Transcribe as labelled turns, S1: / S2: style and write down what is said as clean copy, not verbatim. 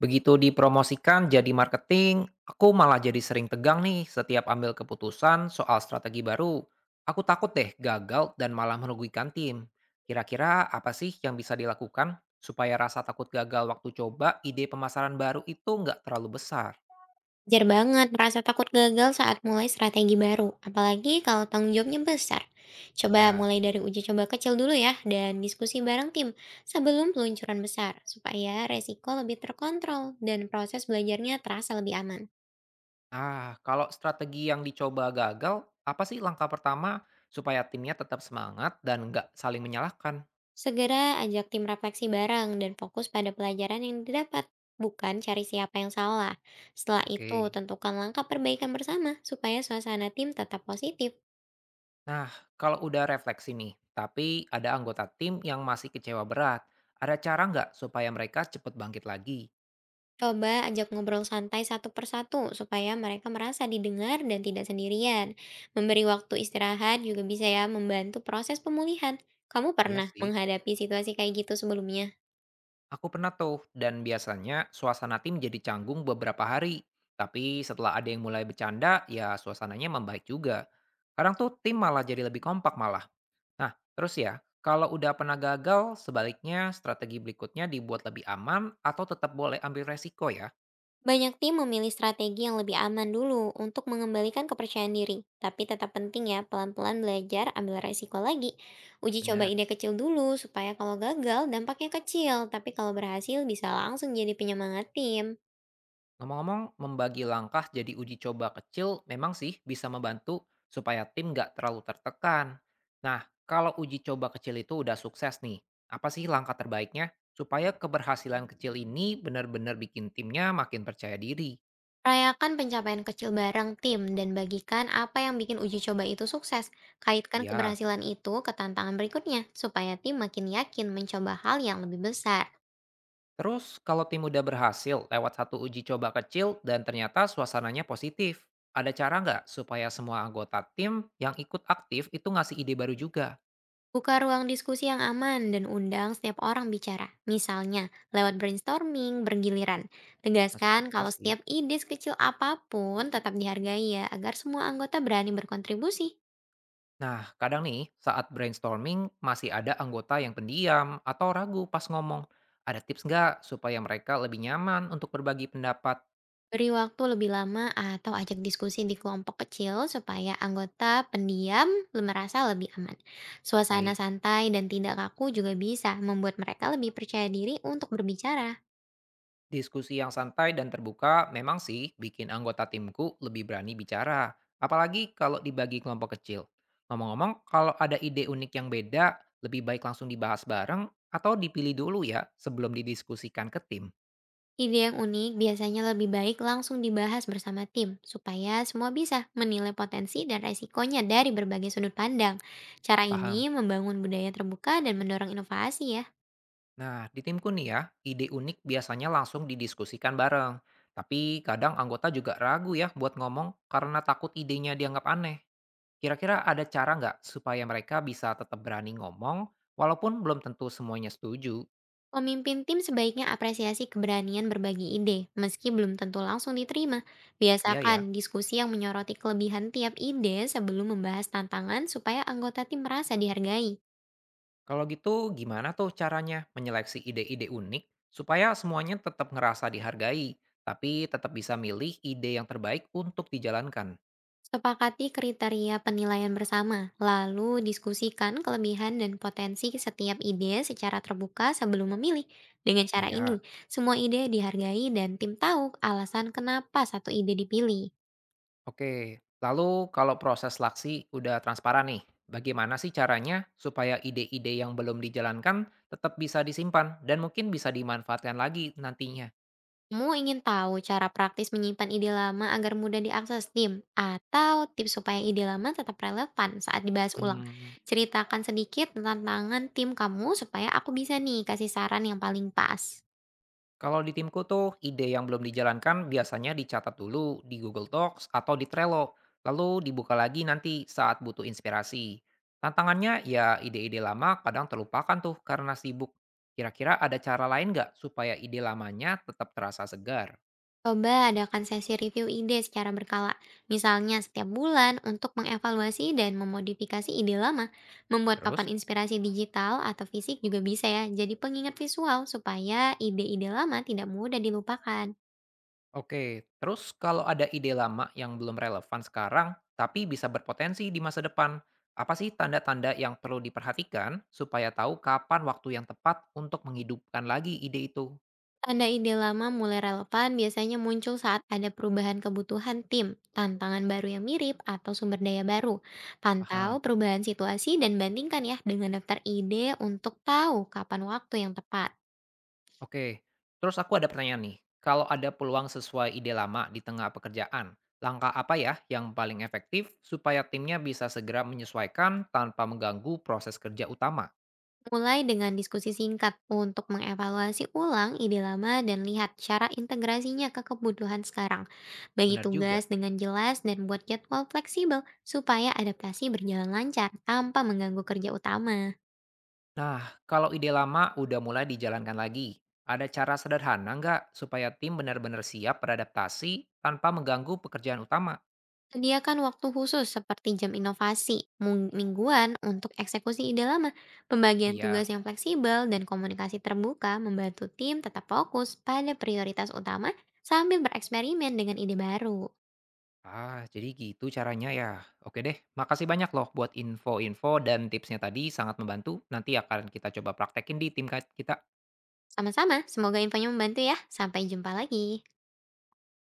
S1: Begitu dipromosikan jadi marketing, aku malah jadi sering tegang nih setiap ambil keputusan soal strategi baru. Aku takut deh gagal dan malah merugikan tim. Kira-kira apa sih yang bisa dilakukan supaya rasa takut gagal waktu coba ide pemasaran baru itu nggak terlalu besar?
S2: Wajar banget merasa takut gagal saat mulai strategi baru, apalagi kalau tanggung jawabnya besar. Coba
S1: Ya.
S2: mulai dari uji coba kecil dulu ya, dan diskusi bareng tim sebelum peluncuran besar, supaya resiko lebih terkontrol dan proses belajarnya terasa lebih aman.
S1: Ah, kalau strategi yang dicoba gagal, apa sih langkah pertama supaya timnya tetap semangat dan nggak saling menyalahkan?
S2: Segera ajak tim refleksi bareng dan fokus pada pelajaran yang didapat, bukan cari siapa yang salah. Setelah itu,
S1: Oke.
S2: tentukan langkah perbaikan bersama supaya suasana tim tetap positif.
S1: Nah, kalau udah refleksi nih, tapi ada anggota tim yang masih kecewa berat, ada cara nggak supaya mereka cepet bangkit lagi?
S2: Coba ajak ngobrol santai satu persatu supaya mereka merasa didengar dan tidak sendirian. Memberi waktu istirahat juga bisa ya membantu proses pemulihan. Kamu
S1: Iya
S2: pernah
S1: sih,
S2: menghadapi situasi kayak gitu sebelumnya?
S1: aku pernah tuh, dan biasanya suasana tim jadi canggung beberapa hari. Tapi setelah ada yang mulai bercanda, ya suasananya membaik juga. Kadang tuh tim malah jadi lebih kompak malah. Nah, terus ya, kalau udah pernah gagal, sebaliknya strategi berikutnya dibuat lebih aman atau tetap boleh ambil resiko ya?
S2: Banyak tim memilih strategi yang lebih aman dulu untuk mengembalikan kepercayaan diri. Tapi tetap penting ya pelan-pelan belajar ambil resiko lagi. Uji coba
S1: Bener.
S2: ide kecil dulu supaya kalau gagal dampaknya kecil. Tapi kalau berhasil bisa langsung jadi penyemangat tim.
S1: Ngomong-ngomong, membagi langkah jadi uji coba kecil memang sih bisa membantu supaya tim nggak terlalu tertekan. Nah, kalau uji coba kecil itu udah sukses nih, apa sih langkah terbaiknya supaya keberhasilan kecil ini benar-benar bikin timnya makin percaya diri?
S2: Rayakan pencapaian kecil bareng tim dan bagikan apa yang bikin uji coba itu sukses. Kaitkan
S1: Ya,
S2: keberhasilan itu ke tantangan berikutnya, supaya tim makin yakin mencoba hal yang lebih besar.
S1: terus kalau tim udah berhasil lewat satu uji coba kecil dan ternyata suasananya positif, ada cara nggak supaya semua anggota tim yang ikut aktif itu ngasih ide baru juga?
S2: Buka ruang diskusi yang aman dan undang setiap orang bicara. Misalnya, lewat brainstorming bergiliran.
S1: Masuk
S2: Tegaskan
S1: akal
S2: kalau
S1: sih.
S2: setiap ide sekecil apapun tetap dihargai ya, agar semua anggota berani berkontribusi.
S1: Nah, kadang nih saat brainstorming masih ada anggota yang pendiam atau ragu pas ngomong. Ada tips nggak supaya mereka lebih nyaman untuk berbagi pendapat?
S2: Beri waktu lebih lama atau ajak diskusi di kelompok kecil supaya anggota pendiam merasa lebih aman. Suasana
S1: Baik,
S2: santai dan tidak kaku juga bisa membuat mereka lebih percaya diri untuk berbicara.
S1: diskusi yang santai dan terbuka memang sih bikin anggota timku lebih berani bicara. Apalagi kalau dibagi kelompok kecil. Ngomong-ngomong, kalau ada ide unik yang beda, lebih baik langsung dibahas bareng atau dipilih dulu ya sebelum didiskusikan ke tim.
S2: Ide yang unik biasanya lebih baik langsung dibahas bersama tim supaya semua bisa menilai potensi dan resikonya dari berbagai sudut pandang. Cara
S1: Paham?
S2: ini membangun budaya terbuka dan mendorong inovasi ya.
S1: Nah, di timku nih ya, ide unik biasanya langsung didiskusikan bareng. Tapi kadang anggota juga ragu ya buat ngomong karena takut idenya dianggap aneh. Kira-kira ada cara nggak supaya mereka bisa tetap berani ngomong walaupun belum tentu semuanya setuju?
S2: Pemimpin tim sebaiknya apresiasi keberanian berbagi ide, meski belum tentu langsung diterima.
S1: Ya,
S2: Biasakan
S1: ya.
S2: diskusi yang menyoroti kelebihan tiap ide sebelum membahas tantangan supaya anggota tim merasa dihargai.
S1: Kalau gitu gimana tuh caranya menyeleksi ide-ide unik supaya semuanya tetap ngerasa dihargai tapi tetap bisa milih ide yang terbaik untuk dijalankan?
S2: Sepakati kriteria penilaian bersama, lalu diskusikan kelebihan dan potensi setiap ide secara terbuka sebelum memilih. Dengan cara ini,
S1: Iya.
S2: semua ide dihargai dan tim tahu alasan kenapa satu ide dipilih.
S1: Oke, lalu kalau proses seleksi udah transparan nih, bagaimana sih caranya supaya ide-ide yang belum dijalankan tetap bisa disimpan dan mungkin bisa dimanfaatkan lagi nantinya?
S2: Kamu ingin tahu cara praktis menyimpan ide lama agar mudah diakses tim, atau tips supaya ide lama tetap relevan saat dibahas ulang?
S1: Hmm.
S2: Ceritakan sedikit tentang tantangan tim kamu supaya aku bisa nih kasih saran yang paling pas.
S1: Kalau di timku tuh, ide yang belum dijalankan biasanya dicatat dulu di Google Docs atau di Trello, lalu dibuka lagi nanti saat butuh inspirasi. Tantangannya ya ide-ide lama kadang terlupakan tuh karena sibuk. Kira-kira ada cara lain nggak supaya ide lamanya tetap terasa segar?
S2: Coba adakan sesi review ide secara berkala, misalnya setiap bulan untuk mengevaluasi dan memodifikasi ide lama. Membuat papan
S1: Terus?
S2: inspirasi digital atau fisik juga bisa ya, jadi pengingat visual supaya ide-ide lama tidak mudah dilupakan.
S1: Oke, terus kalau ada ide lama yang belum relevan sekarang, tapi bisa berpotensi di masa depan, apa sih tanda-tanda yang perlu diperhatikan supaya tahu kapan waktu yang tepat untuk menghidupkan lagi ide itu?
S2: Tanda ide lama mulai relevan biasanya muncul saat ada perubahan kebutuhan tim, tantangan baru yang mirip, atau sumber daya baru. Pantau
S1: Paham.
S2: perubahan situasi dan bandingkan ya dengan daftar ide untuk tahu kapan waktu yang tepat.
S1: Oke, terus aku ada pertanyaan nih. Kalau ada peluang sesuai ide lama di tengah pekerjaan, langkah apa ya yang paling efektif supaya timnya bisa segera menyesuaikan tanpa mengganggu proses kerja utama?
S2: Mulai dengan diskusi singkat untuk mengevaluasi ulang ide lama dan lihat cara integrasinya ke kebutuhan sekarang. Bagi
S1: Benar juga.
S2: tugas dengan jelas dan buat jadwal fleksibel supaya adaptasi berjalan lancar tanpa mengganggu kerja utama.
S1: Nah, kalau ide lama udah mulai dijalankan lagi, ada cara sederhana nggak supaya tim benar-benar siap beradaptasi tanpa mengganggu pekerjaan utama?
S2: Sediakan waktu khusus seperti jam inovasi mingguan untuk eksekusi ide lama,
S1: Oh,
S2: pembagian
S1: iya.
S2: tugas yang fleksibel, dan komunikasi terbuka membantu tim tetap fokus pada prioritas utama sambil bereksperimen dengan ide baru.
S1: Ah, jadi gitu caranya ya. Oke deh, makasih banyak loh buat info-info dan tipsnya tadi sangat membantu. Nanti akan kita coba praktekin di tim kita.
S2: Sama-sama, semoga infonya membantu ya. Sampai jumpa lagi.